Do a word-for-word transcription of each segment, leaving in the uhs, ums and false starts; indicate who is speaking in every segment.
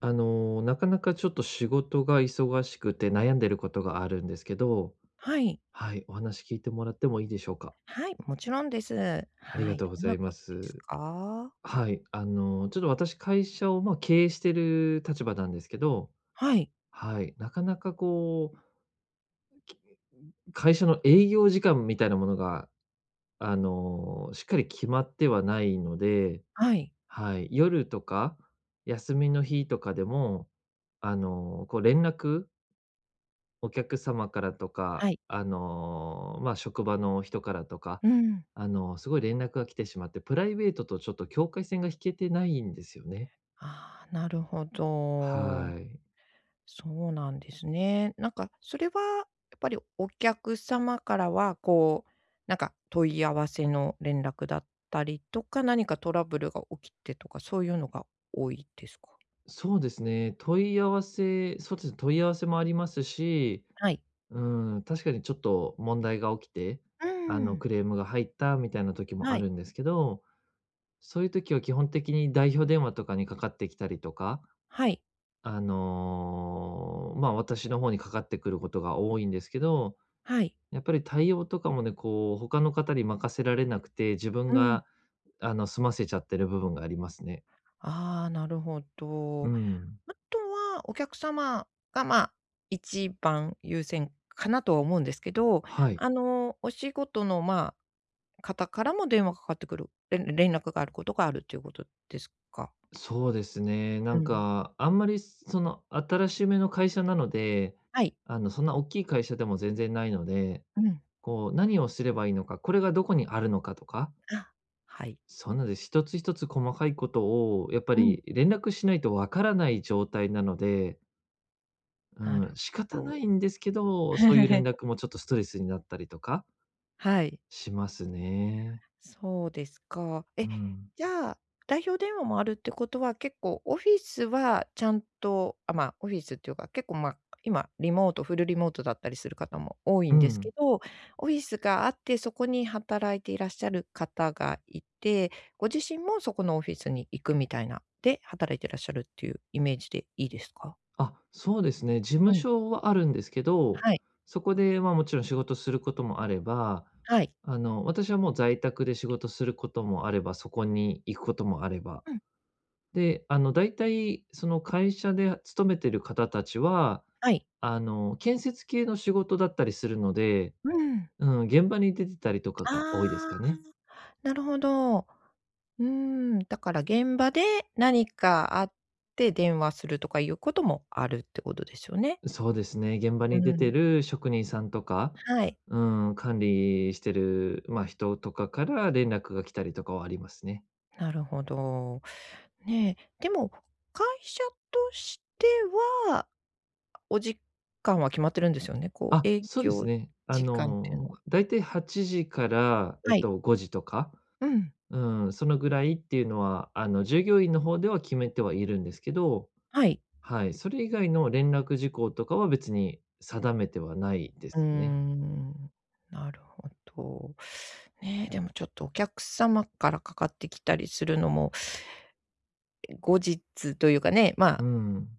Speaker 1: あの、なかなかちょっと仕事が忙しくて悩んでることがあるんですけど、
Speaker 2: はい。
Speaker 1: はい、お話聞いてもらってもいいでしょうか？
Speaker 2: はい、もちろんです。
Speaker 1: あり
Speaker 2: は
Speaker 1: が
Speaker 2: い、
Speaker 1: とうご
Speaker 2: どん
Speaker 1: ざ
Speaker 2: な
Speaker 1: いま
Speaker 2: ことです
Speaker 1: す。
Speaker 2: か？
Speaker 1: はい、あの、ちょっと私会社を、ま、経営してる立場なんですけど、
Speaker 2: はい、
Speaker 1: はい、なかなかこう、き会社の営業時間みたいなものが、あの、しっかり決まってはないので、
Speaker 2: はい、
Speaker 1: はい、夜とか休みの日とかでも、あの、こう連絡お客様からとか、
Speaker 2: はい。
Speaker 1: あの、まあ、職場の人からとか、
Speaker 2: うん。
Speaker 1: あの、すごい連絡が来てしまって、プライベートとちょっと境界線が引けてないんですよね。
Speaker 2: ああ、なるほど。
Speaker 1: はい。
Speaker 2: そうなんですね。なんかそれはやっぱりお客様からは、こう、なんか問い合わせの連絡だったりとか、何かトラブルが起きてとか、そういうのが多いですか？
Speaker 1: そうですね、問い合わせそうですね、問い合わせもありますし、
Speaker 2: はい。
Speaker 1: うん、確かにちょっと問題が起きて、
Speaker 2: う
Speaker 1: あの、
Speaker 2: ん。
Speaker 1: クレームが入ったみたいな時も
Speaker 2: は
Speaker 1: あ
Speaker 2: い、
Speaker 1: るんですけど、そういう時は基本的に代表電話とかにかかってきたりとか、
Speaker 2: はい、
Speaker 1: あの、まあ、私の方にかかってくることが多いんですけど、
Speaker 2: はい。
Speaker 1: やっぱり対応とかもね、こう、他の方に任せられなくて、自分
Speaker 2: うん。
Speaker 1: が、あの、済ませちゃってる部分がありますね。
Speaker 2: ああ、なるほ
Speaker 1: う
Speaker 2: ど。
Speaker 1: ん。
Speaker 2: あとは、お客様が、まあ、一番優先かなとは思うんですけど、
Speaker 1: はい。
Speaker 2: あの、お仕事の、まあ、方からも電話かかってくる、れん連絡があることがあるっていうことですか？
Speaker 1: そうですね。な
Speaker 2: う
Speaker 1: ん
Speaker 2: ん。
Speaker 1: か、あんまり、その、新しめの会社なので、
Speaker 2: はい。
Speaker 1: あの、そんな大きい会社でも全然ないので、
Speaker 2: うん。
Speaker 1: こう、何をすればいいのか、これがどこにあるのかとか、
Speaker 2: あ、はい。
Speaker 1: そんなんです。一つ一つ細かいことを、やっぱ
Speaker 2: うん。
Speaker 1: り連絡しないとわからない状態なので、う
Speaker 2: なる
Speaker 1: ん、
Speaker 2: ほ
Speaker 1: 仕方な
Speaker 2: ど。
Speaker 1: いんですけど、そういう連 絡もちょっとストレスになったりとか
Speaker 2: はい。
Speaker 1: しますね。
Speaker 2: そうですか。
Speaker 1: う
Speaker 2: え、
Speaker 1: ん。
Speaker 2: じゃあ、代表電話もあるってことは、結構オフィスはちゃんと、あ、まあ、オフィスっていうか、結構、まあ、今リモート、フルリモートだったりする方も多い
Speaker 1: う
Speaker 2: んですけ
Speaker 1: ん。
Speaker 2: ど、オフィスがあって、そこに働いていらっしゃる方がいて、ご自身もそこのオフィスに行くみたいな、で、働いていらっしゃるっていうイメージでいいですか？
Speaker 1: あ、そうですね。事
Speaker 2: う
Speaker 1: 務
Speaker 2: ん。
Speaker 1: 所はあるんですけど、
Speaker 2: はい。
Speaker 1: そこで、まあ、もちろん仕事することもあれば、
Speaker 2: はい。
Speaker 1: あの、私はもう在宅で仕事することもあれば、そこに行くこともあれば。
Speaker 2: うん。
Speaker 1: で、あの、大体、その会社で勤めてる方たちは、
Speaker 2: はい。
Speaker 1: あの、建設系の仕事だったりするので、
Speaker 2: うん。
Speaker 1: うん、現場に出てたりとかが多いです
Speaker 2: ああ、
Speaker 1: かね。
Speaker 2: なるほど。うーん、だから現場で何かあって電話するとかいうこともあるってことですよね。
Speaker 1: そうですね、現場
Speaker 2: う
Speaker 1: に出て
Speaker 2: ん。
Speaker 1: る職人さんとか、
Speaker 2: はい、
Speaker 1: うん、管理してる、まあ、人とかから連絡が来たりとかはありますね。
Speaker 2: なるほど。ねえ、でも会社としては、お時間は決まってるんですよね。こ
Speaker 1: あ、
Speaker 2: う営
Speaker 1: そうです
Speaker 2: 業
Speaker 1: ね。あ
Speaker 2: 時間っていうの
Speaker 1: の、
Speaker 2: は。
Speaker 1: だいたいはちじから、えっ
Speaker 2: はい。
Speaker 1: と、ごじとか、
Speaker 2: うん、
Speaker 1: うん、そのぐらいっていうのは、あの、従業員の方では決めてはいるんですけど、
Speaker 2: はい。
Speaker 1: はい、それ以外の連絡事項とかは別に定めてはないで
Speaker 2: うー
Speaker 1: すね。
Speaker 2: ん、なるほど。ねえ、でもちょっとお客様からかかってきたりするのも、後日というかね、ま
Speaker 1: う
Speaker 2: あ
Speaker 1: ん。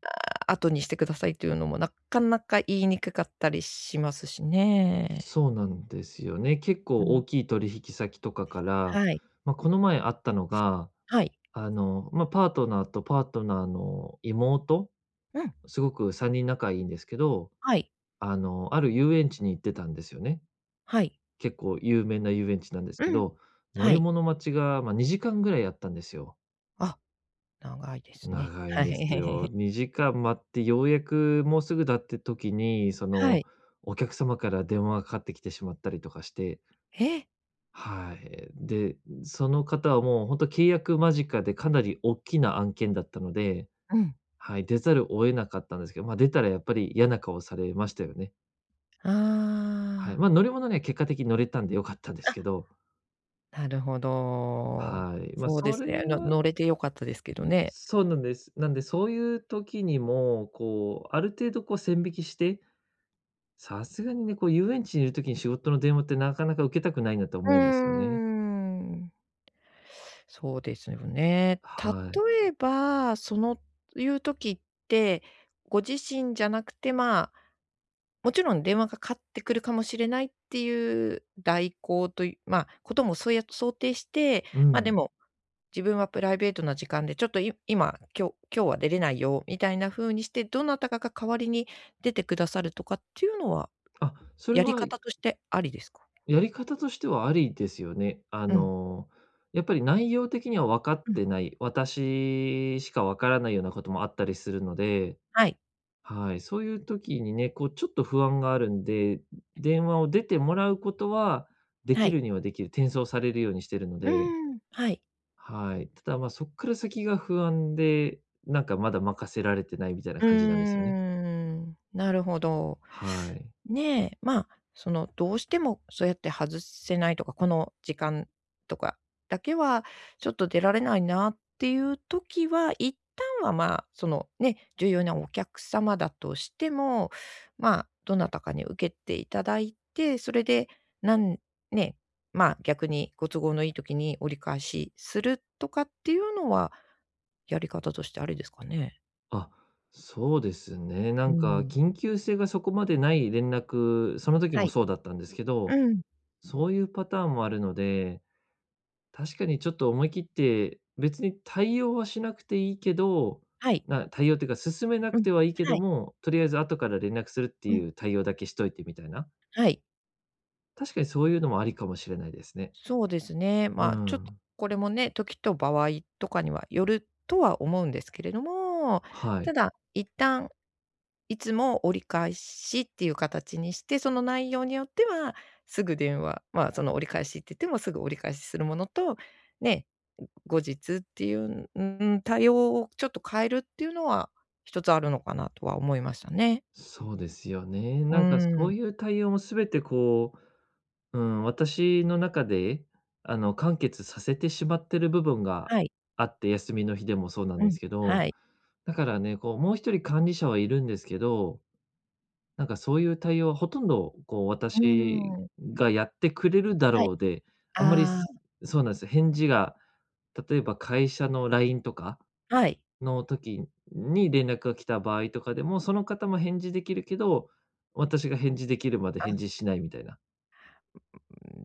Speaker 2: 後にしてくださいというのもなかなか言いにくかったりしますしね。
Speaker 1: そうなんですよね。結構
Speaker 2: う
Speaker 1: 大
Speaker 2: ん。
Speaker 1: きい取引先とかから、
Speaker 2: はい。
Speaker 1: まあ、この前あったのが、
Speaker 2: はい。
Speaker 1: あの、まあ、パートナーとパートナーの妹、
Speaker 2: うん。
Speaker 1: すごくさんにん仲いいんですけど、
Speaker 2: はい。
Speaker 1: あの、ある遊園地に行ってたんですよね。
Speaker 2: はい。
Speaker 1: 結構有名な遊園地なんです
Speaker 2: う
Speaker 1: け
Speaker 2: ん。
Speaker 1: ど、乗
Speaker 2: は
Speaker 1: り
Speaker 2: い。
Speaker 1: 物待ちが、まあ、にじかんぐらいあったんですよ。
Speaker 2: あ、長いですね。
Speaker 1: 長い
Speaker 2: は
Speaker 1: んですよ。
Speaker 2: い。
Speaker 1: にじかん待ってようやくもうすぐだって時に、そ
Speaker 2: は
Speaker 1: の、
Speaker 2: い。
Speaker 1: お客様から電話がかかってきてしまったりとかして、
Speaker 2: え、
Speaker 1: はい。で、その方はもう本当契約間近でかなり大きな案件だったので、
Speaker 2: うん。
Speaker 1: はい、出ざるを得なかったんですけど、ま、出たらやっぱり嫌な顔されましたよね。
Speaker 2: あ
Speaker 1: はい。
Speaker 2: あ。
Speaker 1: ま、乗り物には結果的に乗れたんで良かったんですけど、
Speaker 2: あ、なるほど。
Speaker 1: はい。ま、
Speaker 2: そうで
Speaker 1: そ
Speaker 2: す
Speaker 1: れ
Speaker 2: ね。の
Speaker 1: は
Speaker 2: 乗れて良かったですけどね。
Speaker 1: そうなんです。なんでそういう時にも、こう、ある程度こう線引きして、さすがにね、こう遊園地にいる時に仕事の電話ってなかなか受けたくないなと
Speaker 2: うー
Speaker 1: 思うんですよね。
Speaker 2: ん。そうですよね。
Speaker 1: はい。
Speaker 2: 例えば、そのいう時って、ご自身じゃなくて、まあもちろん電話がかかってくるかもしれないっていう代行という、まあ、こともそうや想定して、
Speaker 1: う
Speaker 2: ま、で
Speaker 1: ん。
Speaker 2: も、自分はプライベートな時間でちょっとい今、今日今日は出れないよみたいな風にして、どなたかが代わりに出てくださるとかっていうのは、
Speaker 1: あ、それ
Speaker 2: やり
Speaker 1: は
Speaker 2: 方としてありですか？
Speaker 1: やり方としてはありですよね。あ
Speaker 2: うん、
Speaker 1: の、やっぱり内容的には分かっ
Speaker 2: うん、
Speaker 1: てない、私しか分からないようなこともあったりするので、
Speaker 2: はい、
Speaker 1: はい、そういう時にね、こうちょっと不安があるんで、電話を出てもらうことはで
Speaker 2: は
Speaker 1: き
Speaker 2: い。
Speaker 1: るにはできる、転送されるようにしてるの
Speaker 2: う
Speaker 1: で、
Speaker 2: ーん、はい。
Speaker 1: はい。ただまあそっから先が不安で、なんかまだ任せられてないみたいな
Speaker 2: う
Speaker 1: 感じなんですよ
Speaker 2: ー
Speaker 1: ね。
Speaker 2: ん、なるほど。
Speaker 1: はい。
Speaker 2: ねえ、まあ、その、どうしてもそうやって外せないとか、この時間とかだけはちょっと出られないなっていう時は、一旦は、まあ、その、ね、重要なお客様だとしても、まあ、どなたかに受けていただいて、それで、なんね、まあ、逆にご都合のいい時に折り返しするとかっていうのは、やり方としてありですかね？
Speaker 1: あ、そうですね。な
Speaker 2: う
Speaker 1: んか
Speaker 2: ん。
Speaker 1: 緊急性がそこまでない連絡、その時
Speaker 2: は
Speaker 1: も
Speaker 2: い。
Speaker 1: そうだったんですけど、
Speaker 2: うん。
Speaker 1: そういうパターンもあるので、確かにちょっと思い切って、別に対応はしなくていいけど、
Speaker 2: はい。
Speaker 1: な対応っていうか進めな
Speaker 2: う
Speaker 1: く
Speaker 2: ん。
Speaker 1: てはいいけ
Speaker 2: は
Speaker 1: ど
Speaker 2: い。
Speaker 1: も、とりあえず後から連絡するって
Speaker 2: う
Speaker 1: い
Speaker 2: ん。
Speaker 1: う対応だけしといてみたいな。
Speaker 2: はい。
Speaker 1: 確かにそういうのもありかもしれないですね。
Speaker 2: そうですね。
Speaker 1: う
Speaker 2: まあ、ちょっと
Speaker 1: ん。
Speaker 2: これもね、時と場合とかにはよるとは思うんですけれども、
Speaker 1: はい。
Speaker 2: ただ、一旦いつも折り返しっていう形にして、その内容によっては、すぐ電話、まあ、その折り返しって言ってもすぐ折り返しするものと、ね、後日っていう、うん、対応をちょっと変えるっていうのは、一つあるのかなとは思いましたね。
Speaker 1: そうですよね。
Speaker 2: う
Speaker 1: なんかそう
Speaker 2: ん。
Speaker 1: いう対応も全てこう、うん、私の中で、あの、完結させてしまってる部分が
Speaker 2: はい。
Speaker 1: あって、休みの日でもそうなん
Speaker 2: う
Speaker 1: で
Speaker 2: ん。
Speaker 1: すけど、
Speaker 2: はい。
Speaker 1: だからね、こう、もう一人管理者はいるんですけど、なんかそういう対応はほとんど、こう、
Speaker 2: うー
Speaker 1: 私
Speaker 2: ん。
Speaker 1: がやってくれるだ
Speaker 2: はい。
Speaker 1: ろうで、あんまり、
Speaker 2: あ
Speaker 1: すそうなんです、返事が、例えば会社の ライン とか
Speaker 2: あ、はい。
Speaker 1: の時に連絡が来た場合とかでも、その方も返事できるけど、私が返事できるまで
Speaker 2: あ、
Speaker 1: 返事しないみたいな。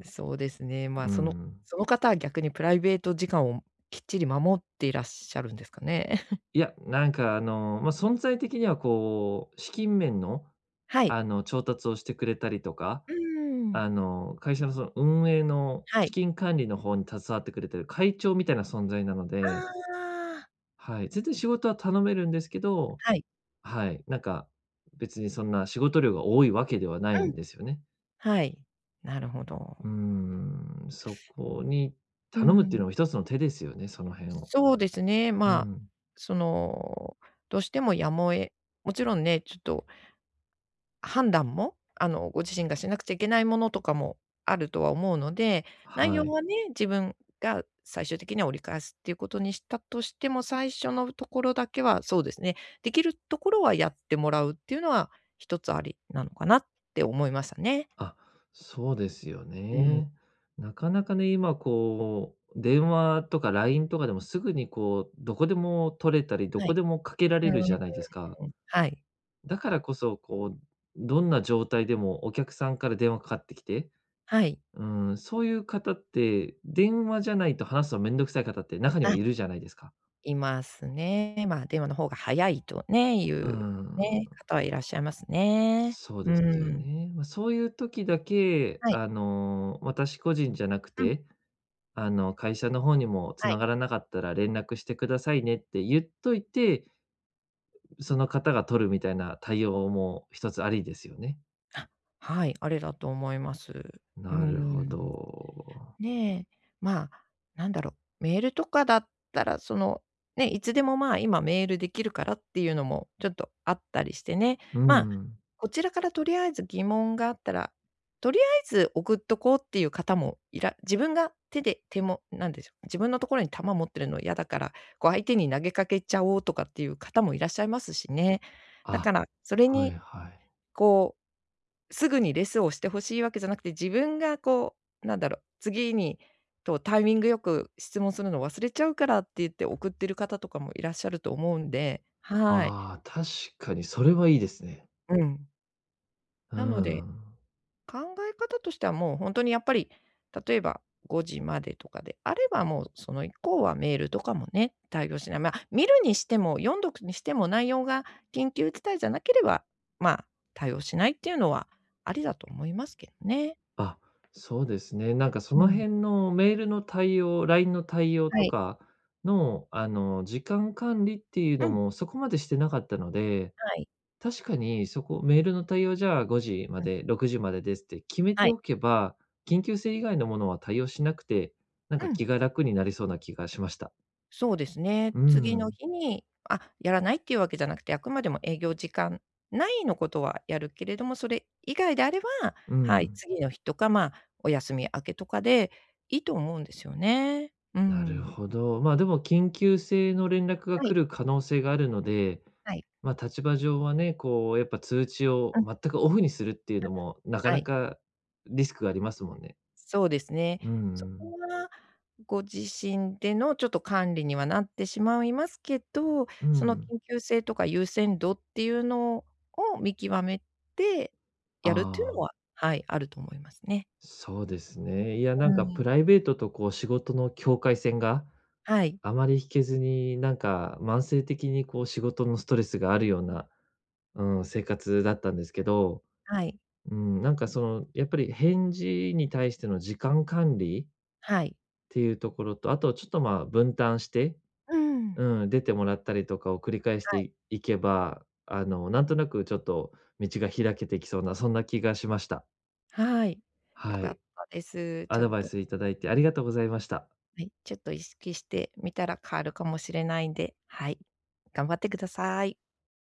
Speaker 2: そうですね。ま
Speaker 1: う
Speaker 2: あ、その
Speaker 1: ん。
Speaker 2: その方は逆にプライベート時間をきっちり守っていらっしゃるんですかね？
Speaker 1: いや、なんかあの、まあ、存在的にはこう、資金面の、
Speaker 2: はい。
Speaker 1: あの、調達をしてくれたりとか、
Speaker 2: うーん。
Speaker 1: あの、会社のその運営の
Speaker 2: は
Speaker 1: 資
Speaker 2: い。
Speaker 1: 金管理の方に携わってくれてる会長みたいな存在なので、
Speaker 2: ああ、
Speaker 1: はい、全然仕事は頼めるんですけど、
Speaker 2: はい。
Speaker 1: はい、なんか、別にそんな仕事量が多いわけではない
Speaker 2: うん、
Speaker 1: んですよね。
Speaker 2: はい。なるほ
Speaker 1: う
Speaker 2: ど。
Speaker 1: ーん、そこに
Speaker 2: う
Speaker 1: 頼むってい
Speaker 2: ん。
Speaker 1: うのも一つの手ですよね、その辺を。
Speaker 2: そうですね、
Speaker 1: う
Speaker 2: まあ、
Speaker 1: ん、
Speaker 2: その、どうしてもやむをえもちろんね、ちょっと判断も、あの、ご自身がしなくちゃいけないものとかもあるとは思うので、内
Speaker 1: は
Speaker 2: 容
Speaker 1: い。
Speaker 2: はね、自分が最終的には折り返すっていうことにしたとしても、最初のところだけはそうですね、できるところはやってもらうっていうのは一つありなのかなって思いましたね。
Speaker 1: あ、そうですよ
Speaker 2: うん。
Speaker 1: ね。なかなかね、今こう、電話とか ライン とかでもすぐにこう、どこでも取れたり、ど
Speaker 2: は
Speaker 1: こ
Speaker 2: い。
Speaker 1: でもかけら
Speaker 2: う
Speaker 1: れるじ
Speaker 2: ん。
Speaker 1: ゃないですか。
Speaker 2: はい。
Speaker 1: だからこそ、こう、どんな状態でもお客さんから電話かかってきて、
Speaker 2: はい。
Speaker 1: うん、そういう方って、電話じゃないと話すのめんどくさい方って中には
Speaker 2: あ、
Speaker 1: いるじゃないですか。
Speaker 2: いますね。まあ、電話の方が早いとね、い
Speaker 1: う
Speaker 2: う
Speaker 1: ん、
Speaker 2: ね、方はいらっしゃいますね。
Speaker 1: そう
Speaker 2: う
Speaker 1: ですよ
Speaker 2: ん。
Speaker 1: ね。まあ、そういう時だけ、
Speaker 2: はい。
Speaker 1: あの、私個人じゃなく
Speaker 2: うん、
Speaker 1: て、あの、会社の方にも
Speaker 2: は
Speaker 1: 繋
Speaker 2: い。
Speaker 1: がらなかったら連絡してくださいねって言っといて、その方が取るみたいな対応も一つありですよね。
Speaker 2: あ、はい、あれだと思います。うー
Speaker 1: なるほ
Speaker 2: ん。
Speaker 1: ど。
Speaker 2: ねえ、まあ、なんだろう、メールとかだったら、その、ね、いつでも、まあ、今メールできるからっていうのもちょっとあったりしてね。
Speaker 1: う
Speaker 2: まあ、
Speaker 1: ん。
Speaker 2: こちらからとりあえず疑問があったら、とりあえず送っとこうっていう方もいら自分が手で手もなんでしょう、自分のところに弾持ってるの嫌だから、こう相手に投げかけちゃおうとかっていう方もいらっしゃいますしね。だ
Speaker 1: あ、
Speaker 2: から、それ
Speaker 1: はい
Speaker 2: に
Speaker 1: はい。
Speaker 2: こうすぐにレスをしてほしいわけじゃなくて、自分がこう、なんだろう、次にとタイミングよく質問するの忘れちゃうからって言って送ってる方とかもいらっしゃると思うんで、はい。
Speaker 1: ああ、確かにそれはいいですね。
Speaker 2: うん。
Speaker 1: う
Speaker 2: なので、
Speaker 1: ん。
Speaker 2: 考え方としてはもう本当にやっぱり、例えばごじまでとかであれば、もうその以降はメールとかもね、対応しない。まあ、見るにしても、読んどくにしても、内容が緊急事態じゃなければ、まあ、対応しないっていうのはありだと思いますけどね。
Speaker 1: あ、そうですね。なんかそ
Speaker 2: う
Speaker 1: の
Speaker 2: ん。
Speaker 1: 辺のメールの対応、ライン の対応
Speaker 2: は
Speaker 1: と
Speaker 2: い。
Speaker 1: かの、あの、時間管理っていうの
Speaker 2: うん。
Speaker 1: もそこまでしてなかったので、
Speaker 2: はい。
Speaker 1: 確かに、そこメールの対応じゃあごじま
Speaker 2: うん、
Speaker 1: で、ろくじまでですって決め
Speaker 2: は
Speaker 1: て
Speaker 2: い。
Speaker 1: おけば、緊急性以外のものは対応しなくて、なん
Speaker 2: う
Speaker 1: か
Speaker 2: ん、
Speaker 1: 気が楽になりそうな気がしました。
Speaker 2: そうですね。
Speaker 1: うー
Speaker 2: 次の
Speaker 1: ん、
Speaker 2: 日に、あ、やらないっていうわけじゃなくて、あくまでも営業時間内のことはやるけれども、それ以外であれば、
Speaker 1: う
Speaker 2: はい、
Speaker 1: ん。
Speaker 2: 次の日とか、まあ、お休み明けとかでいいと思うんですよね。う
Speaker 1: なる
Speaker 2: ん。
Speaker 1: ほど。まあ、でも緊急性の連絡が
Speaker 2: はい、
Speaker 1: 来る可能性があるので、
Speaker 2: はい。
Speaker 1: ま、立場上はね、こうやっぱ通知を
Speaker 2: うん、
Speaker 1: 全くオフにするっていうのも、なか
Speaker 2: は
Speaker 1: な
Speaker 2: い。
Speaker 1: かリスクがありますもんね。
Speaker 2: そうですね。
Speaker 1: うんう
Speaker 2: そ
Speaker 1: ん。
Speaker 2: こはご自身でのちょっと管理にはなってしまいますけど、
Speaker 1: う
Speaker 2: その
Speaker 1: ん。
Speaker 2: 緊急性とか優先度っていうのを見極めてやるっていう
Speaker 1: あ
Speaker 2: の
Speaker 1: あ。
Speaker 2: は、はい、あると思いますね。
Speaker 1: そうですね。いや、な
Speaker 2: う
Speaker 1: んか
Speaker 2: ん。
Speaker 1: プライベートとこう仕事の境界線が
Speaker 2: はい、
Speaker 1: あまり引けずに、なんか慢性的にこう仕事のストレスがあるような、うん、生活だったんですけど、
Speaker 2: はい、
Speaker 1: うん、なんかその、やっぱり返事に対しての時間管理っ
Speaker 2: はい。
Speaker 1: ていうところと、あとちょっとまあ分担して、
Speaker 2: うん。は
Speaker 1: うん、出てもらったりとかを繰り返してい
Speaker 2: い、
Speaker 1: いけば、あの、なんとなくちょっと道が開けてきそうな、そんな気がしました。
Speaker 2: はい。よ
Speaker 1: は
Speaker 2: か
Speaker 1: い。
Speaker 2: ったです。
Speaker 1: ア
Speaker 2: ちょっ
Speaker 1: ドバイ
Speaker 2: と、
Speaker 1: スいただいてありがとうございました。
Speaker 2: はい、ちょっと意識してみたら変わるかもしれないんで、はい、頑張ってください。